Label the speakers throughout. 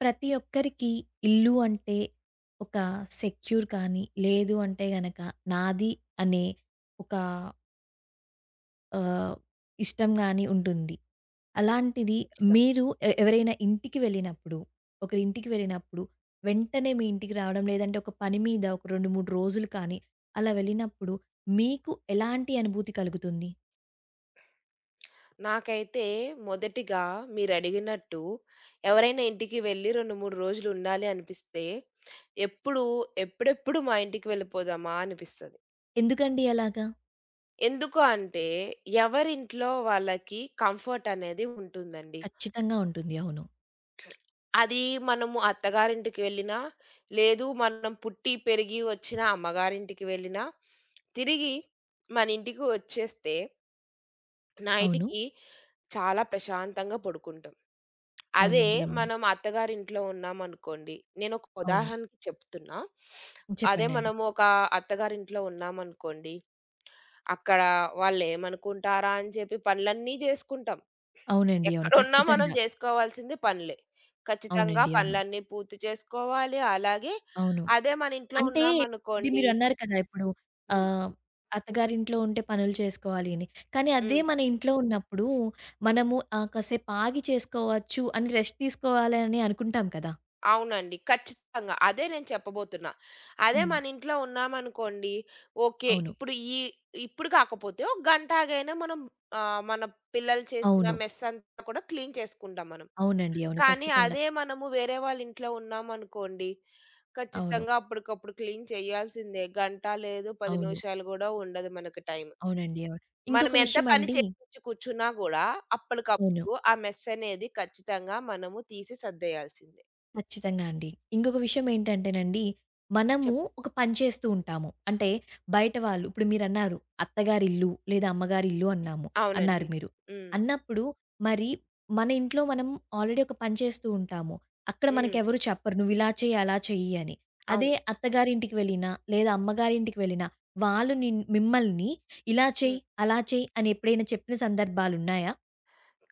Speaker 1: ప్రతి ఒక్కరికి ఇల్లు అంటే ఒక సెక్యూర్ కానీ, లేదు అంటే గనక నాది అనే ఒక ఆహ్, ఇష్టం గాని ఉంటుంది. అలాంటిది
Speaker 2: ఖచ్చితంగా.
Speaker 1: మీరు ఎవరైనా ఇంటికి వెళ్ళినప్పుడు, ఒకరింటికి వెళ్ళినప్పుడు వెంటనే మీ ఇంటికి రావడం లేదంటే ఒక పని మీద ఒక 2, 3 రోజులు కానీ అలా వెళ్ళినప్పుడు మీకు ఎలాంటి అనుభూతి కలుగుతుంది?
Speaker 2: నాకైతే మొదటిగా మీరడిగినట్టు ఎవరైనా ఇంటికి వెళ్లి 2, 3 రోజులు ఉండాలి అనిపిస్తే, ఎప్పుడు ఎప్పుడెప్పుడు మా ఇంటికి వెళ్ళిపోదామా అనిపిస్తది.
Speaker 1: ఎందుకండి అలాగా?
Speaker 2: ఎందుకు అంటే, ఎవరింట్లో వాళ్ళకి కంఫర్ట్ అనేది ఉంటుందండి.
Speaker 1: ఖచ్చితంగా ఉంటుంది. అవును.
Speaker 2: అది మనము అత్తగారింటికి వెళ్ళినా, లేదు మనం పుట్టి, పెరిగి వచ్చిన అమ్మగారింటికి వెళ్ళినా, తిరిగి మన ఇంటికి వచ్చేస్తే
Speaker 1: అవును.
Speaker 2: నైట్‌కి చాలా ప్రశాంతంగా పడుకుంటాం. అదే
Speaker 1: అవునండి. అవును.
Speaker 2: మనం అత్తగారింట్లో ఉన్నామనుకోండి, నేనొక
Speaker 1: అవును.
Speaker 2: ఉదాహరణకి చెప్తున్నా. అదే
Speaker 1: చెప్పండండి.
Speaker 2: మనము ఒక అత్తగారింట్లో ఉన్నామనుకోండి, అక్కడ వాళ్ళేమనుకుంటారా అని చెప్పి పనులన్నీ జేసుకుంటాం.
Speaker 1: అవునండి. అవును.
Speaker 2: ఎక్కడున్నా మనం
Speaker 1: ఖచ్చితంగా.
Speaker 2: జేసుకోవాల్సింది పనులే. ఖచ్చితంగా
Speaker 1: అవునండి. అవును.
Speaker 2: పనులన్నీ పూర్తి చేసుకోవాలి. అలాగే
Speaker 1: అవును.
Speaker 2: అదే మన ఇంట్లో
Speaker 1: అంటే అది
Speaker 2: ఉన్నామనుకోండి.
Speaker 1: మీరన్నారు కదా! ఇప్పుడు
Speaker 2: హ్మ్.
Speaker 1: ఆహ్, అత్తగారింట్లో ఉంటే పనులు చేసుకోవాలి అని. కానీ అదే
Speaker 2: హ్మ్.
Speaker 1: మన ఇంట్లో ఉన్నప్పుడు మనము కాసేపు ఆగి చేసుకోవచ్చు అని రెస్ట్ తీసుకోవాలి అని అనుకుంటాం కదా!
Speaker 2: అవునండి. ఖచ్చితంగా. అదే నేను చెప్పబోతున్నా. అదే
Speaker 1: హ్మ్.
Speaker 2: మన ఇంట్లో ఉన్నామనుకోండి, ఓకే.
Speaker 1: అవును.
Speaker 2: ఇప్పుడు కాకపోతే ఒక గంట ఆగైనా మనం మన పిల్లలు చేసిన
Speaker 1: అవును.
Speaker 2: మెస్ అంతా కూడా క్లీన్ చేసుకుంటాం మనం.
Speaker 1: అవునండి. అవును.
Speaker 2: కానీ
Speaker 1: ఖచ్చితంగా.
Speaker 2: అదే మనము వేరే వాళ్ళ ఇంట్లో ఉన్నామనుకోండి,
Speaker 1: అవును.
Speaker 2: ఖచ్చితంగా అప్పటికప్పుడు క్లీన్ చేయాల్సిందే. గంట లేదు, 10
Speaker 1: అవును.
Speaker 2: నిమిషాలు గూడా ఉండదు మనకు టైం.
Speaker 1: అవునండి. అవును.
Speaker 2: మనం
Speaker 1: ఇంకొక
Speaker 2: ఎంత
Speaker 1: విషయం
Speaker 2: పని
Speaker 1: అండి.
Speaker 2: చేపించి కూర్చున్నా గూడా
Speaker 1: అవును.
Speaker 2: అప్పటికప్పుడు ఆ మెస్ అనేది ఖచ్చితంగా మనము తీసి సర్దేయాల్సిందే.
Speaker 1: ఖచ్చితంగా అండి. ఇంకొక విషయం ఏంటంటేనండి, మనము
Speaker 2: చెప్
Speaker 1: ఒక పని చేస్తూ ఉంటాము. అంటే బయట వాళ్ళు ఇప్పుడు మీరన్నారు అత్తగారిల్లు లేదా అమ్మగారిల్లు అన్నాము అన్నారు
Speaker 2: అవునండి.
Speaker 1: మీరు.
Speaker 2: హ్మ్.
Speaker 1: అన్నప్పుడు మరి మన ఇంట్లో మనం ఆల్రెడీ ఒక పని చేస్తూ ఉంటాము. అక్కడ
Speaker 2: హ్మ్.
Speaker 1: మనకెవరు చెప్పరు నువ్వు ఇలా చెయ్యి, అలా చెయ్యి అని. అదే
Speaker 2: అవును.
Speaker 1: అత్తగారింటికి వెళ్ళినా లేదా అమ్మగారింటికి వెళ్ళినా వాళ్ళు మిమ్మల్ని ఇలా చెయ్యి,
Speaker 2: హ్మ్.
Speaker 1: అలా చెయ్యి అని ఎప్పుడైనా చెప్పిన సందర్భాలున్నాయా?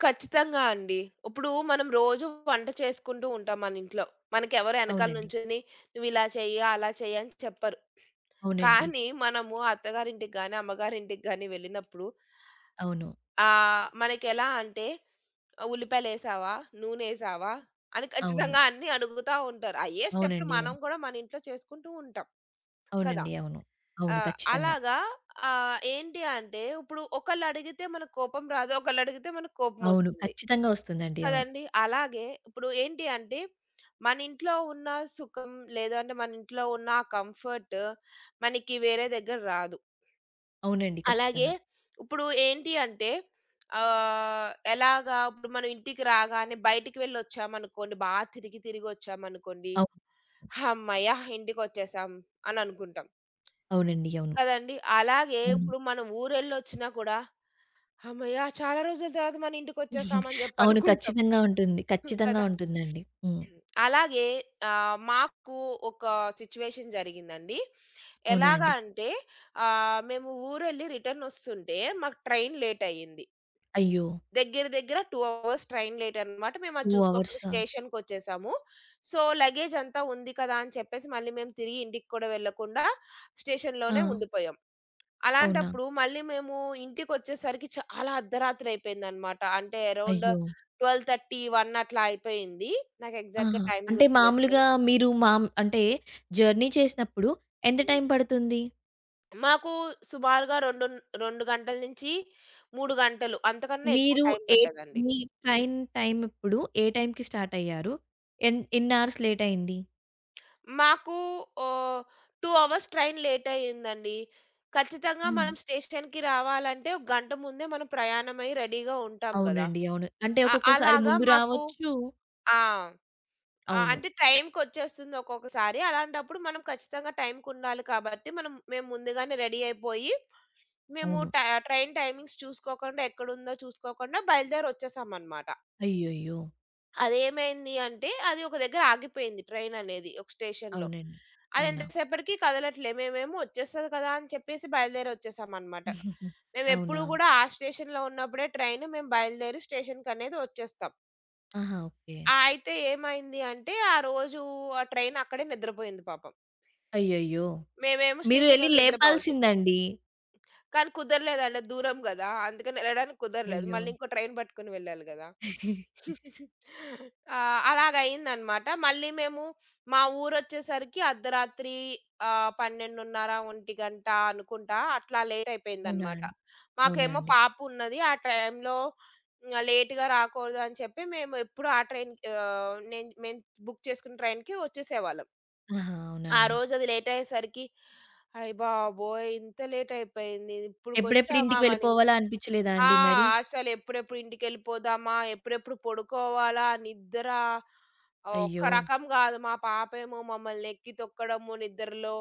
Speaker 2: ఖచ్చితంగా అండి. ఇప్పుడు మనం రోజు వంట చేసుకుంటూ ఉంటాం మన ఇంట్లో. మనకెవరు ఎనకాల
Speaker 1: అవునండి.
Speaker 2: నుంచొని "నువ్విలా చెయ్యి, అలా చెయ్యి" అని చెప్పరు.
Speaker 1: అవునండి.
Speaker 2: కానీ మనము అత్తగారింటికి గాని, అమ్మగారింటికి గాని వెళ్ళినప్పుడు,
Speaker 1: అవును.
Speaker 2: మనకెలా అంటే "ఉల్లిపాయలేసావా? నూనేసావా?" అని
Speaker 1: అవును.
Speaker 2: ఖచ్చితంగా అన్నీ అడుగుతా ఉంటారు. అయ్యే స్టెప్పులు
Speaker 1: అవునండి.
Speaker 2: మనం
Speaker 1: అవును.
Speaker 2: కూడా మన ఇంట్లో చేసుకుంటూ ఉంటాం. కదా!
Speaker 1: అవునండి. అవును.
Speaker 2: ఆ!
Speaker 1: అవును. ఖచ్చితంగా.
Speaker 2: అలాగా, ఏంటి అంటే ఇప్పుడు ఒకళ్ళడిగితే మనకు కోపం రాదు. ఒకళ్ళడిగితే మనకు
Speaker 1: అవును.
Speaker 2: కోపమొస్తుంది.
Speaker 1: ఖచ్చితంగా వస్తుందండి. అవును.
Speaker 2: కదండీ! అలాగే ఇప్పుడు ఏంటి అంటే మన ఇంట్లో ఉన్న సుఖం, లేదు అంటే మన ఇంట్లో ఉన్న ఆ కంఫర్ట్ మనకి వేరే దగ్గర రాదు.
Speaker 1: అవునండి.
Speaker 2: అలాగే
Speaker 1: ఖచ్చితంగా.
Speaker 2: ఇప్పుడు ఏంటి అంటే, ఎలాగా ఇప్పుడు మనం ఇంటికి రాగానే బయటికి వెళ్ళొచ్చామనుకోండి, బా తిరిగి తిరిగొచ్చామనుకోండి,
Speaker 1: అవును.
Speaker 2: హమ్మయ్య! ఇంటికొచ్చేసాం అని అనుకుంటాం.
Speaker 1: అవునండి. అవును.
Speaker 2: కదండీ! అలాగే
Speaker 1: అవును.
Speaker 2: ఇప్పుడు మనం ఊరెళ్ళొచ్చినా కూడా, హమ్మయ్య! చాలా రోజుల తర్వాత మన ఇంటికొచ్చేసామని జెప్పి
Speaker 1: అవును.
Speaker 2: అనుకుంటాం.
Speaker 1: ఖచ్చితంగా ఉంటుంది.
Speaker 2: హ్మ్.
Speaker 1: ఖచ్చితంగా
Speaker 2: కదా!
Speaker 1: ఉంటుందండి. హ్మ్.
Speaker 2: అలాగే మాకు ఒక సిట్యుయేషన్ జరిగిందండి.
Speaker 1: అవునా
Speaker 2: ఎలాగా
Speaker 1: అండి?
Speaker 2: అంటే మేము ఊరెళ్ళి రిటర్నొస్తుంటే మాకు ట్రైన్ లేటయింది.
Speaker 1: అయ్యో!
Speaker 2: దగ్గర దగ్గర 2 అవర్స్ ట్రైన్ లేటనమాట. మేమది
Speaker 1: 2
Speaker 2: చూసుకోకుండా
Speaker 1: అవర్సా?
Speaker 2: స్టేషన్‌కొచ్చేసాము. సో, లగేజంతా ఉంది కదా! అని చెప్పేసి మళ్ళీ మేము తిరిగి ఇంటికి కూడా వెళ్ళకుండా
Speaker 1: ఆ!
Speaker 2: స్టేషన్‌లోనే ఉండిపోయాం.
Speaker 1: అవునా?
Speaker 2: అలాంటప్పుడు మళ్ళీ మేము ఇంటికొచ్చేసరికి చాలా అర్ధరాత్రి అయిపోయిందనమాట. అంటే అరౌండ్
Speaker 1: అయ్యో!
Speaker 2: 12:30, 1 అట్లా అయిపోయింది. నాకు ఎగ్జాక్ట్‌గా
Speaker 1: ఆహా!
Speaker 2: టైం
Speaker 1: అంటే
Speaker 2: గుర్తులేదు కానీ.
Speaker 1: మామూలుగా మీరు అంటే జర్నీ చేసినప్పుడు ఎంత
Speaker 2: హ్మ్.
Speaker 1: టైం పడుతుంది?
Speaker 2: మాకు సుమారుగా 2 గంటల నుంచి 3 గంటలు అంతకన్నా ఎక్కువ
Speaker 1: మీరు
Speaker 2: టైం
Speaker 1: ఏ
Speaker 2: పట్టదండి.
Speaker 1: మీ ట్రైన్ టైమ్ ఎప్పుడు? ఏ టైంకి స్టార్ట్ అయ్యారు? ఎన్ని అవర్స్ లేట్ అయింది?
Speaker 2: మాకు ఓహ్, 2 అవర్స్ ట్రైన్ లేట్ అయిందండి. ఖచ్చితంగా
Speaker 1: హ్మ్.
Speaker 2: మనం స్టేషన్‌కి రావాలంటే ఒక గంట ముందే మనం ప్రయాణమై రెడీగా ఉంటాం గదా!
Speaker 1: అవునండి. అవును. అంటే
Speaker 2: అ
Speaker 1: ఒక్కొక్కసారి
Speaker 2: అలాగా
Speaker 1: ముందు
Speaker 2: మాకు
Speaker 1: రావచ్చు.
Speaker 2: ఆ! ఆ!
Speaker 1: అవును.
Speaker 2: అంటే టైంకొచ్చేస్తుంది ఒక్కొక్కసారి. అలాంటప్పుడు మనం ఖచ్చితంగా టైంకుండాలి కాబట్టి, మేము ముందుగానే రెడీ అయిపోయి, మేము
Speaker 1: అవును.
Speaker 2: ట్రైన్ టైమింగ్స్ చూసుకోకుండా, ఎక్కడుందో చూసుకోకుండా బయలుదేరొచ్చేసామనమాట.
Speaker 1: అయ్యయ్యో!
Speaker 2: అదేమైంది అంటే, అది ఒక దగ్గర ఆగిపోయింది ట్రైననేది ఒక స్టేషన్‌లో.
Speaker 1: అవునండి.
Speaker 2: అది
Speaker 1: అవునా?
Speaker 2: ఎంతసేపటికి కదలట్లే. మేమేమో వచ్చేస్తది కదా! అని చెప్పేసి బయలుదేరొచ్చేసామనమాట.
Speaker 1: అవునా?
Speaker 2: మేమెప్పుడు గూడా ఆ స్టేషన్‌లో ఉన్నప్పుడే ట్రైను మేము బయలుదేరి స్టేషన్‌కనేది వచ్చేస్తాం.
Speaker 1: ఆహా! ఓకే.
Speaker 2: ఆ! అయితే ఏమైంది అంటే, ఆ రోజు ఆ ట్రైన్ అక్కడే నిద్రపోయింది పాపం.
Speaker 1: అయ్యయ్యో!
Speaker 2: మేమేమో
Speaker 1: మీరు
Speaker 2: స్టేషన్‌లో
Speaker 1: వెళ్లి
Speaker 2: నిద్రపోవాల్సొచ్చింది.
Speaker 1: లేపాల్సిందండి.
Speaker 2: కానీ కుదరలేదండి. దూరం గదా! అందుకని వెళ్ళడానికి కుదరలేదు.
Speaker 1: అయ్యో!
Speaker 2: మళ్ళీ ఇంకో ట్రైన్ పట్టుకొని వెళ్ళాలి గదా! ఆ! అలాగయిందనమాట. మళ్ళీ మేము మా ఊరొచ్చేసరికి అర్ధరాత్రి 12:30, 1 గంట అనుకుంటా అట్లా లేట్
Speaker 1: అవునా
Speaker 2: అయిపోయిందనమాట.
Speaker 1: అండి? అవునా
Speaker 2: మాకేమో
Speaker 1: అండి?
Speaker 2: పాప ఉన్నది. ఆ టైంలో ఇంగ లేట్‌గా రాకూడదు అని చెప్పి మేము ఎప్పుడు ఆ ట్రైన్, ఆహ్, నేను మేము బుక్ చేసుకున్న ట్రైన్‌కి వచ్చేసేవాళ్ళం.
Speaker 1: ఆహా! అవునా
Speaker 2: ఆ
Speaker 1: అండి?
Speaker 2: రోజది లేట్ అయ్యేసరికి అయ్ బాబోయ్! ఇంత లేట్ అయిపోయింది.
Speaker 1: ఎప్పుడెప్పుడు
Speaker 2: ఇప్పుడుకొచ్చామా
Speaker 1: ఇంటికి
Speaker 2: మనం.
Speaker 1: వెళ్ళిపోవాలా అనిపించలేదా
Speaker 2: ఆ!
Speaker 1: అండి మరి?
Speaker 2: అసలెప్పుడెప్పుడు ఇంటికెళ్ళిపోదామా? ఎప్పుడెప్పుడు పడుకోవాలా? నిద్ర ఒక్క
Speaker 1: అయ్యో!
Speaker 2: రకం గాదు. మా పాపేమో మమ్మల్ని ఎక్కి తొక్కడము నిద్రలో.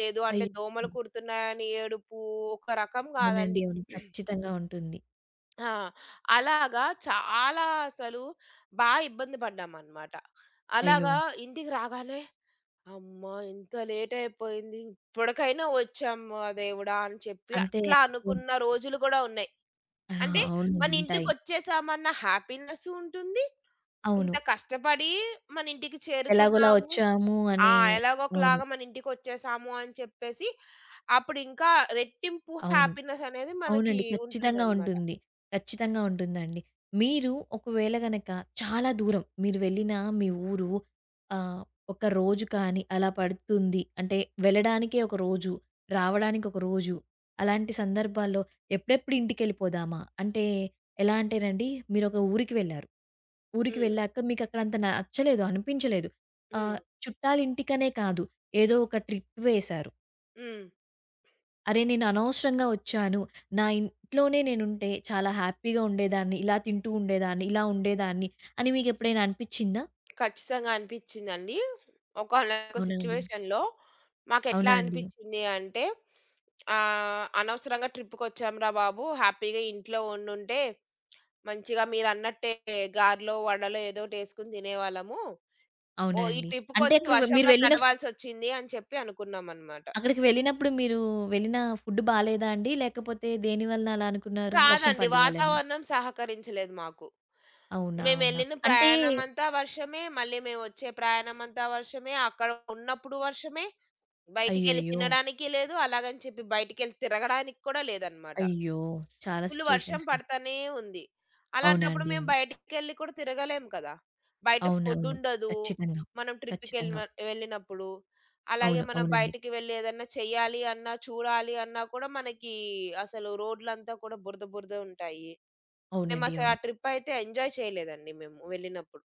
Speaker 2: లేదు అంటే
Speaker 1: అయ్యో!
Speaker 2: దోమలు కుడుతున్నాయని ఏడుపు. ఒక రకం
Speaker 1: అవునండి.
Speaker 2: గాదండి.
Speaker 1: అవును. ఖచ్చితంగా ఉంటుంది.
Speaker 2: ఆ! అలాగా చాలా అసలు బా ఇబ్బంది పడ్డామనమాట.
Speaker 1: అయ్యో!
Speaker 2: అలాగా ఇంటికి రాగానే అమ్మా! ఇంత లేట్ అయిపోయింది. ఇప్పటికైనా వచ్చామ్మా దేవుడా! అని చెప్పి
Speaker 1: అంతే.
Speaker 2: అట్లా అనుకున్న రోజులు కూడా ఉన్నాయి.
Speaker 1: ఆ!
Speaker 2: అంటే
Speaker 1: అవునండి.
Speaker 2: మన
Speaker 1: ఉంటాయి.
Speaker 2: ఇంటికొచ్చేసామన్న హ్యాపీనెస్సు ఉంటుంది.
Speaker 1: అవును.
Speaker 2: ఇంత కష్టపడి మన ఇంటికి
Speaker 1: ఎలాగోలా
Speaker 2: చేరుకున్నాము.
Speaker 1: వచ్చాము
Speaker 2: ఆ!
Speaker 1: అనే.
Speaker 2: ఎలాగో
Speaker 1: అవును.
Speaker 2: ఒకలాగా మన ఇంటికొచ్చేసాము అని చెప్పేసి అప్పుడు ఇంకా రెట్టింపు
Speaker 1: అవును.
Speaker 2: హ్యాపీనెస్ అనేది మనకి
Speaker 1: అవునండి. ఖచ్చితంగా
Speaker 2: ఉంటుందన్నమాట.
Speaker 1: ఉంటుంది. ఖచ్చితంగా ఉంటుందండి. మీరు ఒకవేళ గనక చాలా దూరం మీరు వెళ్ళిన మీ ఊరు, ఆహ్, ఒక రోజు కానీ అలా పడుతుంది. అంటే వెళ్ళడానికే ఒక రోజు, రావడానికి ఒక రోజు. అలాంటి సందర్భాల్లో ఎప్పుడెప్పుడు ఇంటికెళ్ళిపోదామా? అంటే ఎలా అంటేనండి మీరొక ఊరికి వెళ్లారు. ఊరికి
Speaker 2: హ్మ్.
Speaker 1: వెళ్ళాక మీకక్కడ అంత నచ్చలేదు, అనిపించలేదు.
Speaker 2: హ్మ్.
Speaker 1: ఆహ్, చుట్టాలింటికనే కాదు ఏదో ఒక ట్రిప్ వేశారు.
Speaker 2: హ్మ్.
Speaker 1: అరే! నేను అనవసరంగా వచ్చాను. నా ఇంట్లోనే నేనుంటే చాలా హ్యాపీగా ఉండేదాన్ని. ఇలా తింటూ ఉండేదాన్ని. ఇలా ఉండేదాన్ని అని మీకెప్పుడైనా అనిపిచ్చిందా?
Speaker 2: ఖచ్చితంగా అనిపిచ్చిందండి. ఒకానొక
Speaker 1: అవునా అండి?
Speaker 2: సిట్యుయేషన్‌లో మాకెట్లా
Speaker 1: అవునా అండి?
Speaker 2: అనిపిచ్చింది అంటే, అనవసరంగా ట్రిప్‌కొచ్చాంరా బాబు! హ్యాపీగా ఇంట్లో ఉండుంటే, మంచిగా మీరన్నట్టే గారెలో, వడలో ఏదోటేసుకొని తినేవాళ్ళము.
Speaker 1: అవునా
Speaker 2: ఓహ్! ఈ
Speaker 1: అండి? అంటే
Speaker 2: ట్రిప్‌కొచ్చి
Speaker 1: అక్కడికి మీరు
Speaker 2: వర్షంలో
Speaker 1: వెళ్ళిన
Speaker 2: తడవాల్సొచ్చింది అని చెప్పి అనుకున్నామనమాట.
Speaker 1: అక్కడికి వెళ్ళినప్పుడు మీరు వెళ్ళిన ఫుడ్ బాలేదా అండి? లేకపోతే దేని వలన అలా అనుకున్నారు? వర్షం
Speaker 2: కాదండి.
Speaker 1: పడ్డం వల్లనా?
Speaker 2: వాతావరణం సహకరించలేదు మాకు.
Speaker 1: అవునా? అవునా?
Speaker 2: మేమెళ్ళిన
Speaker 1: అంటే
Speaker 2: ప్రయాణమంతా వర్షమే, మళ్ళీ మేమొచ్చే ప్రయాణమంతా వర్షమే, అక్కడ ఉన్నప్పుడు వర్షమే, బయటికెళ్ళి
Speaker 1: అయ్యయ్యో!
Speaker 2: తినడానికి లేదు. అలాగని చెప్పి బయటికెళ్ళి తిరగడానికి కూడా లేదనమాట.
Speaker 1: అయ్యో! చాలా
Speaker 2: ఫుల్ వర్షం
Speaker 1: సిట్యుయేషన్స్.
Speaker 2: పడతానే ఉంది.
Speaker 1: అవునా
Speaker 2: అలాంటప్పుడు
Speaker 1: అండి?
Speaker 2: మేము
Speaker 1: అవును.
Speaker 2: బయటికెళ్ళి కూడా తిరగలేం కదా! బయట
Speaker 1: అవునవును.
Speaker 2: ఫుడ్డుండదు.
Speaker 1: ఖచ్చితంగా.
Speaker 2: మనం
Speaker 1: ఖచ్చితంగా.
Speaker 2: వెళ్ళినప్పుడు. అలాగే
Speaker 1: అవును.
Speaker 2: మనం
Speaker 1: అవునండి.
Speaker 2: బయటికి వెళ్లి ఏదన్నా చేయాలి అన్నా, చూడాలి అన్నా కూడా మనకి అసలు రోడ్లంతా కూడా బురద బురద ఉంటాయి.
Speaker 1: అవునండి.
Speaker 2: మేమసలు
Speaker 1: అవును.
Speaker 2: ఆ ట్రిప్ అయితే ఎంజాయ్ చేయలేదండి మేము వెళ్ళినప్పుడు.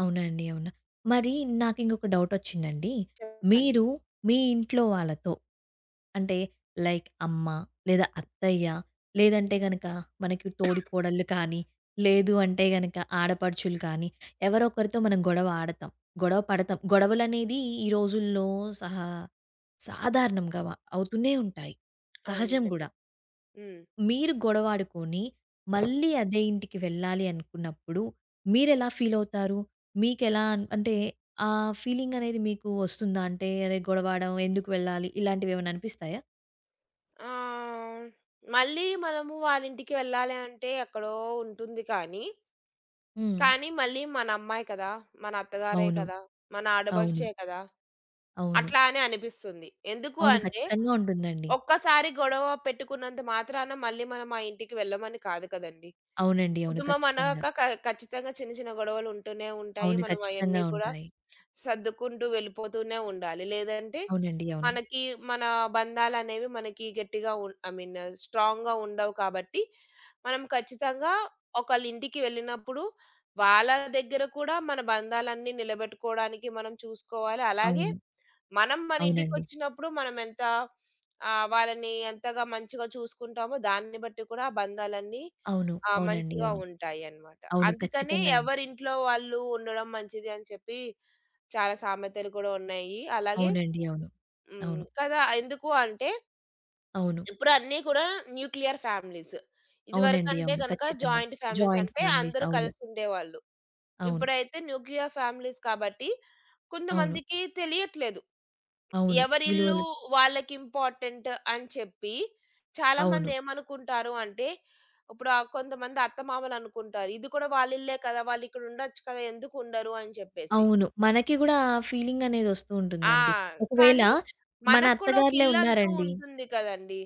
Speaker 1: అవునా అండి. అవునా! మరి నాకింకొక డౌటొచ్చిందండి.
Speaker 2: చెప్పండి.
Speaker 1: మీరు మీ ఇంట్లో వాళ్ళతో అంటే లైక్ అమ్మ, లేదా అత్తయ్య, లేదంటే గనక మనకి తోడి కోడళ్ళు కానీ, లేదు అంటే గనక ఆడపడుచులు కానీ, ఎవరో ఒకరితో మనం గొడవ ఆడతాం. గొడవ పడతాం. గొడవలనేది ఈ రోజుల్లో సహా సాధారణంగా అవుతూనే ఉంటాయి. సహజం
Speaker 2: అవునండి.
Speaker 1: గూడా.
Speaker 2: హ్మ్.
Speaker 1: మీరు గొడవాడుకొని, మళ్ళీ అదే ఇంటికి వెళ్ళాలి అనుకున్నప్పుడు మీరెలా ఫీలవుతారు? మీకెలా అంటే ఆ ఫీలింగనేది మీకు వస్తుందా? అంటే అరే! గొడవాడడం, ఎందుకు వెళ్ళాలి ఇలాంటివేమన్నా అనిపిస్తాయా?
Speaker 2: ఆ! మళ్ళీ మనము వాళ్ళింటికి వెళ్ళాలి అంటే ఎక్కడో ఉంటుంది కానీ,
Speaker 1: హ్మ్.
Speaker 2: కానీ మళ్ళీ మన అమ్మాయి కదా! మన అత్తగారే
Speaker 1: అవును.
Speaker 2: కదా! మన
Speaker 1: అవును.
Speaker 2: ఆడబడుచే కదా!
Speaker 1: అవును.
Speaker 2: అట్లా అని అనిపిస్తుంది. ఎందుకు
Speaker 1: అవును.
Speaker 2: అంటే,
Speaker 1: ఖచ్చితంగా ఉంటుందండి.
Speaker 2: ఒక్కసారి గొడవ పెట్టుకున్నంత మాత్రాన మళ్ళీ మనం ఆ ఇంటికి వెళ్ళమని కాదు కదండీ!
Speaker 1: అవునండి. అవును.
Speaker 2: కుటుంబం
Speaker 1: ఖచ్చితంగా.
Speaker 2: అన్నాక క ఖచ్చితంగా చిన్న చిన్న గొడవలు ఉంటూనే ఉంటాయి.
Speaker 1: అవును.
Speaker 2: మనం
Speaker 1: ఖచ్చితంగా
Speaker 2: అయన్నీ కూడా
Speaker 1: ఉంటాయి.
Speaker 2: సర్దుకుంటూ వెళ్ళిపోతూనే ఉండాలి. లేదంటే
Speaker 1: అవునండి. అవును.
Speaker 2: మనకి మన బంధాలనేవి మనకి గట్టిగా ఐ మీన్ స్ట్రాంగ్‌గా ఉండవు కాబట్టి, మనం ఖచ్చితంగా ఒకళ్ళ ఇంటికి వెళ్ళినప్పుడు వాళ్ళ దగ్గర కూడా మన బంధాలన్నీ నిలబెట్టుకోవడానికి మనం చూసుకోవాలి. అలాగే
Speaker 1: అవును.
Speaker 2: మనం మన
Speaker 1: అవునండి.
Speaker 2: ఇంటికొచ్చినప్పుడు మనం ఎంత వాళ్ళని ఎంతగా మంచిగా చూసుకుంటామో దాన్ని బట్టి కూడా ఆ బంధాలన్నీ
Speaker 1: అవును.
Speaker 2: ఆ!
Speaker 1: అవునండి.
Speaker 2: మంచిగా
Speaker 1: అవును.
Speaker 2: ఉంటాయన్నమాట.
Speaker 1: అవును.
Speaker 2: అందుకని
Speaker 1: ఖచ్చితంగా అండి.
Speaker 2: ఎవరింట్లో వాళ్ళు ఉండడం మంచిది అని చెప్పి చాలా సామెతలు కూడా ఉన్నాయి. అలాగే
Speaker 1: అవునండి. అవును.
Speaker 2: హ్మ్.
Speaker 1: అవును.
Speaker 2: కదా! ఎందుకు అంటే
Speaker 1: అవును.
Speaker 2: ఇప్పుడు అన్నీ కూడా న్యూక్లియర్ ఫ్యామిలీస్.
Speaker 1: అవునండి.
Speaker 2: ఇదివరకంటే
Speaker 1: అవును.
Speaker 2: గనక
Speaker 1: ఖచ్చితంగా.
Speaker 2: జాయింట్ ఫ్యామిలీస్
Speaker 1: జాయింట్
Speaker 2: అంటే
Speaker 1: ఫ్యామిలీస్.
Speaker 2: అందరూ
Speaker 1: అవును.
Speaker 2: కలిసి ఉండేవాళ్ళు.
Speaker 1: అవును.
Speaker 2: ఇప్పుడైతే న్యూక్లియర్ ఫ్యామిలీస్ కాబట్టి
Speaker 1: అవును.
Speaker 2: కొంతమందికి తెలియట్లేదు.
Speaker 1: అవును.
Speaker 2: ఎవరిల్లు
Speaker 1: విలువలు.
Speaker 2: వాళ్ళకింపార్టెంట్ అని చెప్పి,
Speaker 1: అవును.
Speaker 2: చాలామంది ఏమనుకుంటారు అంటే, ఇప్పుడు కొంతమంది అత్తమామలనుకుంటారు. ఇది కూడా వాళ్ళిల్లే కదా! వాళ్ళిక్కడుండొచ్చు కదా! ఎందుకుండరు అని చెప్పేసి.
Speaker 1: అవును. మనకి గూడా ఆ ఫీలింగ్ అనేది వస్తూ
Speaker 2: ఆ!
Speaker 1: ఉంటుందండి. ఒకవేళ
Speaker 2: కానీ
Speaker 1: మన
Speaker 2: మనకు కూడా ఒక
Speaker 1: అత్తగారులే
Speaker 2: ఇల్లంటూ
Speaker 1: ఉన్నారండి.
Speaker 2: ఉంటుంది కదండీ!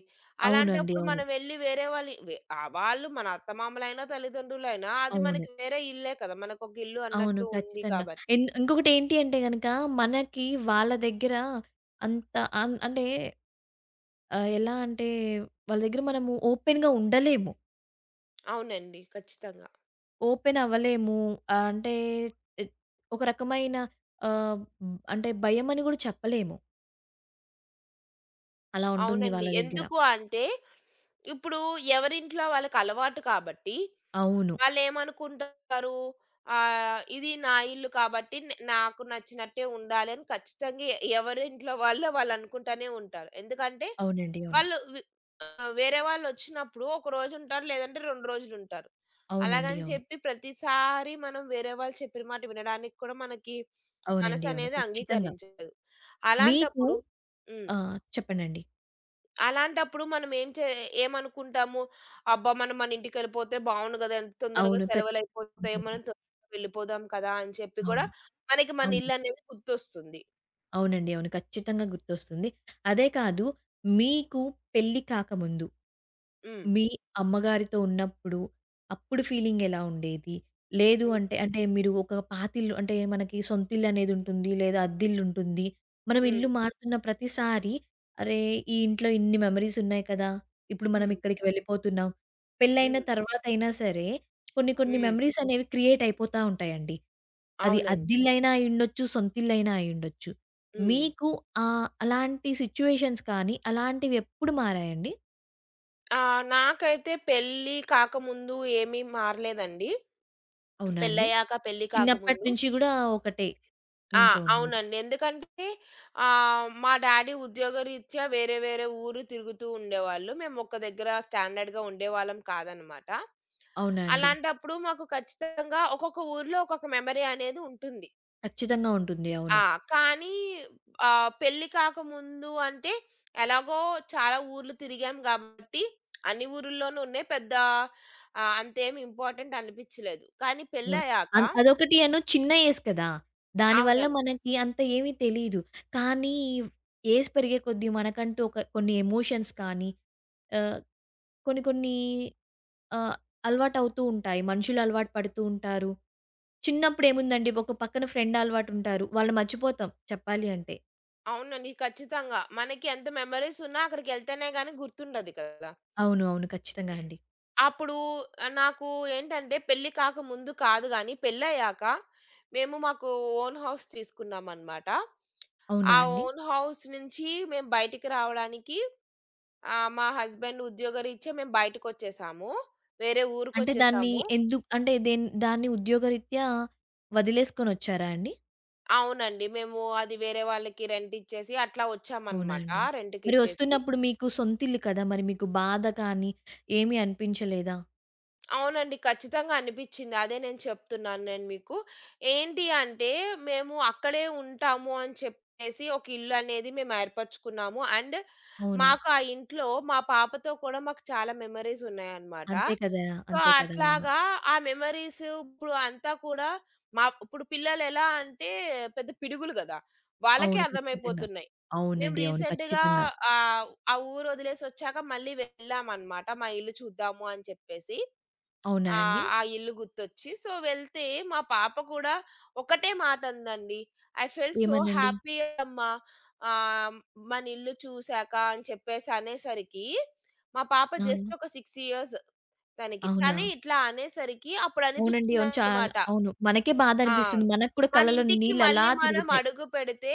Speaker 1: అవునండి.
Speaker 2: అలాంటప్పుడు
Speaker 1: అవును.
Speaker 2: మనం వెళ్లి వేరే వాళ్ళి వె ఆహ్, వాళ్ళు మన అత్తమామలైనా, తల్లిదండ్రులైనా అది
Speaker 1: అవును.
Speaker 2: మనకి వేరే ఇల్లే కదా! మనకొక ఇల్లు
Speaker 1: అవును.
Speaker 2: అన్నట్టు ఉంది
Speaker 1: ఖచ్చితంగా.
Speaker 2: కాబట్టి.
Speaker 1: ఇంకొకటేంటి అంటే గనక మనకి వాళ్ళ దగ్గర అంత అంటే ఎలా అంటే వాళ్ళ దగ్గర మనము ఓపెన్‌గా ఉండలేము.
Speaker 2: అవునండి. ఖచ్చితంగా.
Speaker 1: ఓపెన్ అవ్వలేము. అంటే ఎత్ ఒక రకమైన అంటే భయమని గూడా చెప్పలేము. అలా ఉంటుంది
Speaker 2: అవునండి.
Speaker 1: వాళ్ళ దగ్గర.
Speaker 2: ఎందుకు అంటే ఇప్పుడు ఎవరింట్లో వాళ్ళకలవాటు కాబట్టి,
Speaker 1: అవును.
Speaker 2: వాళ్ళేమనుకుంటారు, ఇది నా ఇల్లు కాబట్టి నాకు నచ్చినట్టే ఉండాలని ఖచ్చితంగా ఎవరింట్లో వాళ్ళో వాళ్ళనుకుంటానే ఉంటారు. ఎందుకంటే,
Speaker 1: అవునండి. అవును.
Speaker 2: వాళ్ళు వి వేరే వాళ్ళొచ్చినప్పుడు ఒక రోజుంటారు, లేదంటే 2 రోజులుంటారు.
Speaker 1: అవునండి.
Speaker 2: అలాగని
Speaker 1: అవును.
Speaker 2: చెప్పి ప్రతిసారి మనం వేరే వాళ్ళు చెప్పిన మాట వినడానికి కూడా మనకి
Speaker 1: అవునండి. అవును.
Speaker 2: మనసనేది
Speaker 1: ఖచ్చితంగా.
Speaker 2: అంగీకరించదు.
Speaker 1: మీకు.
Speaker 2: అలాంటప్పుడు హ్మ్.
Speaker 1: ఆ! చెప్పండండి.
Speaker 2: అలాంటప్పుడు మనం ఏం చే ఏమనుకుంటాము? అబ్బా! మనం మన ఇంటికెళ్ళిపోతే బావుండు గదా! ఎంత తొందరగా
Speaker 1: అవును. ఖచ్చితంగా
Speaker 2: సెలవులయిపోతాయో
Speaker 1: ఉంటుంది.
Speaker 2: మనం తొందరగా వెళ్ళిపోదాం కదా! అని చెప్పి కూడా
Speaker 1: అవును.
Speaker 2: మనకి మన
Speaker 1: అవును.
Speaker 2: ఇల్లనేది గుర్తొస్తుంది.
Speaker 1: అవునండి. అవును. ఖచ్చితంగా గుర్తొస్తుంది. అదే కాదు మీకు పెళ్లి కాకముందు,
Speaker 2: హ్మ్.
Speaker 1: మీ అమ్మగారితో ఉన్నప్పుడు, అప్పుడు ఫీలింగ్ ఎలా ఉండేది? లేదు
Speaker 2: హ్మ్.
Speaker 1: అంటే, అంటే మీరు ఒక పాతిల్లు అంటే మనకి సొంతిల్లు అనేదుంటుంది. లేదా అద్దిల్లుంటుంది. మనం
Speaker 2: హ్మ్.
Speaker 1: ఇల్లు మారుతున్న ప్రతిసారి అరే! ఈ ఇంట్లో ఇన్ని మెమోరీస్ ఉన్నాయి కదా! ఇప్పుడు మనం
Speaker 2: హ్మ్.
Speaker 1: ఇక్కడికి వెళ్ళిపోతున్నాం. పెళ్లైన
Speaker 2: హ్మ్.
Speaker 1: తర్వాతైనా సరే కొన్ని కొన్ని
Speaker 2: హ్మ్.
Speaker 1: మెమోరీస్ అనేవి క్రియేట్ అయిపోతా ఉంటాయండి. అది
Speaker 2: అవునండి.
Speaker 1: అద్దిల్లైనా అయ్యుండొచ్చు. సొంతిల్లైనా అయ్యుండొచ్చు.
Speaker 2: హ్మ్.
Speaker 1: మీకు అలాంటి సిట్యుయేషన్స్ కానీ, అలాంటివి ఎప్పుడు మారాయండి?
Speaker 2: నాకైతే పెళ్లి కాకముందు ఏమీ మారలేదండి.
Speaker 1: అవునా అండి?
Speaker 2: పెళ్లయ్యాక, పెళ్లి
Speaker 1: చిన్నప్పటి
Speaker 2: కాకముందు
Speaker 1: నుంచి గూడా ఒకటే
Speaker 2: ఆ!
Speaker 1: ఇంట్లో ఉన్నారు.
Speaker 2: అవునండి. ఎందుకంటే మా డ్యాడీ ఉద్యోగరీత్యా వేరే వేరే ఊరు తిరుగుతూ ఉండేవాళ్ళు. మేము ఒక్క దగ్గర స్టాండర్డ్‌గా ఉండేవాళ్ళం కాదనమాట.
Speaker 1: అవునా అండి?
Speaker 2: అలాంటప్పుడు మాకు ఖచ్చితంగా ఒక్కొక్క ఊర్లో ఒక్కొక్క మెమరీ అనేది ఉంటుంది.
Speaker 1: ఖచ్చితంగా ఉంటుంది. అవును.
Speaker 2: ఆ! కానీ పెళ్లి కాకముందు అంటే ఎలాగో చాలా ఊర్లు తిరిగాం కాబట్టి అన్ని ఊరుల్లోనూ ఉన్నాయి. పెద్ద అంతేమి ఇంపార్టెంట్ అనిపిచ్చలేదు. కానీ
Speaker 1: అవును.
Speaker 2: పెళ్లయ్యాక
Speaker 1: అదొకటి చిన్న ఏజ్ కదా! దానివల్ల
Speaker 2: అవునండి.
Speaker 1: మనకి అంత ఏమీ తెలీదు. కానీ ఏజ్ పెరిగే కొద్దీ మనకంటూ ఒక కొన్ని ఎమోషన్స్ కానీ, ఆహ్, కొన్ని కొన్ని ఆహ్, అలవాటవుతూ ఉంటాయి. మనుషులు అలవాటు పడుతూ ఉంటారు. చిన్నప్పుడేముందండి ఒక పక్కన ఫ్రెండ్ అలవాటుంటారు. వాళ్ళని మర్చిపోతాం చెప్పాలి అంటే.
Speaker 2: అవునండి. ఖచ్చితంగా. మనకి ఎంత మెమోరీస్ ఉన్నా అక్కడికెళ్తేనే గాని గుర్తుండదు కదా!
Speaker 1: అవును. అవును. ఖచ్చితంగా అండి.
Speaker 2: అప్పుడు నాకు ఏంటంటే పెళ్లి కాకముందు కాదు గానీ పెళ్లయ్యాక మాకు ఓన్ హౌస్ తీసుకున్నామనమాట.
Speaker 1: అవునా
Speaker 2: ఆ
Speaker 1: అండి?
Speaker 2: ఓన్ హౌస్ నుంచి మేము బయటికి రావడానికి, మా హస్బెండ్ ఉద్యోగరీత్యా మేము బయటకొచ్చేసాము. వేరే
Speaker 1: అంటే దాన్ని
Speaker 2: ఊరికొచ్చేసాము.
Speaker 1: ఎందుకు అంటే దాన్ని ఉద్యోగరీత్యా వదిలేసుకొనొచ్చారా అండి?
Speaker 2: అవునండి. మేము అది వేరే వాళ్ళకి రెంటిచ్చేసి అట్లా
Speaker 1: అవునా
Speaker 2: వచ్చామనమాట
Speaker 1: అండి? మరి
Speaker 2: రెంట్‌కిచ్చేసి.
Speaker 1: ఒస్తున్నప్పుడు మీకు సొంతిల్లు కదా! మరి మీకు బాధ కానీ ఏమీ అనిపించలేదా?
Speaker 2: అవునండి. ఖచ్చితంగా అనిపిచ్చింది. అదే నేను చెప్తున్నాను నేను మీకు. ఏంటి అంటే, మేము అక్కడే ఉంటాము అని చెప్పేసి ఒక ఇల్లనేది మేము ఏర్పరచుకున్నాము. అండ్
Speaker 1: అవును.
Speaker 2: మాకు ఆ ఇంట్లో మా పాపతో కూడా మాకు చాలా మెమోరీస్ ఉన్నాయన్నమాట.
Speaker 1: అంతే కదా!
Speaker 2: సో,
Speaker 1: అంతే కదా! అవును.
Speaker 2: అట్లాగా ఆ మెమోరీస్ ఇప్పుడు అంతా కూడా మా ఇప్పుడు పిల్లలెలా అంటే పెద్ద పిడుగులు గదా! వాళ్ళకే
Speaker 1: అవును. ఖచ్చితంగా.
Speaker 2: అర్థమైపోతున్నాయి. మేము
Speaker 1: అవునండి. అవును.
Speaker 2: రీసెంట్‌గా
Speaker 1: ఖచ్చితంగా.
Speaker 2: ఆ ఆ ఊరు వదిలేసొచ్చాక మళ్ళీ వెళ్ళామన్నమాట. మా ఇల్లు చూద్దాము అని చెప్పేసి.
Speaker 1: అవునా
Speaker 2: ఆ!
Speaker 1: అండి?
Speaker 2: ఆ ఇల్లు గుర్తొచ్చి. సో, వెళ్తే మా పాప కూడా ఒకటే మాట అందండి. "ఐ ఫెల్ట్ సో
Speaker 1: ఏమనండి?
Speaker 2: హ్యాపీ అమ్మా, ఆహ్, మన ఇల్లు చూసాక" అని చెప్పేసి అనేసరికి, మా పాప
Speaker 1: ఆ!
Speaker 2: జస్ట్ ఒక 6 ఇయర్స్ తనకి.
Speaker 1: అవునా?
Speaker 2: తనే ఇట్లా అనేసరికి అప్పుడు
Speaker 1: అవునండి. అవును. చాలా
Speaker 2: అనిపించిందనమాట.
Speaker 1: అవును. మనకే
Speaker 2: ఆ!
Speaker 1: బాధనిపిస్తుంది. మనకు కూడా
Speaker 2: మన
Speaker 1: కళ్ళలో
Speaker 2: ఇంటికి
Speaker 1: నీళ్ళలా
Speaker 2: మళ్ళీ మనం
Speaker 1: తిరుగుతాయి.
Speaker 2: అడుగు పెడితే,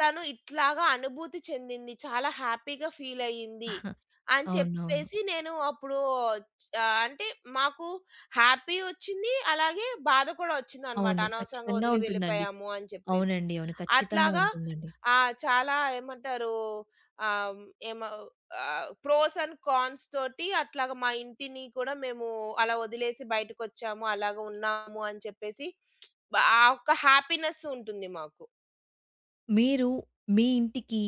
Speaker 2: తను ఇట్లాగా అనుభూతి చెందింది. చాలా హ్యాపీగా ఫీల్ అయ్యింది. అని
Speaker 1: అవునవును. అవును.
Speaker 2: చెప్పేసి నేను అప్పుడు అంటే మాకు హ్యాపీ ఒచ్చింది. అలాగే బాధ కూడా ఒచ్చిందనమాట.
Speaker 1: అవును
Speaker 2: అనవసరంగా
Speaker 1: ఖచ్చితంగా
Speaker 2: వదిలి
Speaker 1: ఉంటుందండి.
Speaker 2: వెళ్ళిపోయాము అని చెప్పేసి.
Speaker 1: అవునండి. అవును. ఖచ్చితంగా
Speaker 2: అట్లాగా
Speaker 1: ఉంటుందండి.
Speaker 2: చాలా ఏమంటారు, ఆహ్, ఏమ ప్రోస్ అండ్ కాన్స్ తోటి అట్లాగా మా ఇంటిని కూడా మేము అలా వదిలేసి బయటకొచ్చాము, అలాగ ఉన్నాము అని చెప్పేసి బా ఆ ఒక్క హ్యాపీనెస్ ఉంటుంది మాకు.
Speaker 1: మీరు మీ ఇంటికి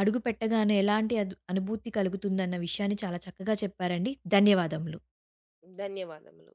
Speaker 1: అడుగుపెట్టగానే ఎలాంటి అనుభూతి కలుగుతుందన్న విషయాన్ని చాలా చక్కగా చెప్పారండి. ధన్యవాదములు.
Speaker 2: ధన్యవాదములు.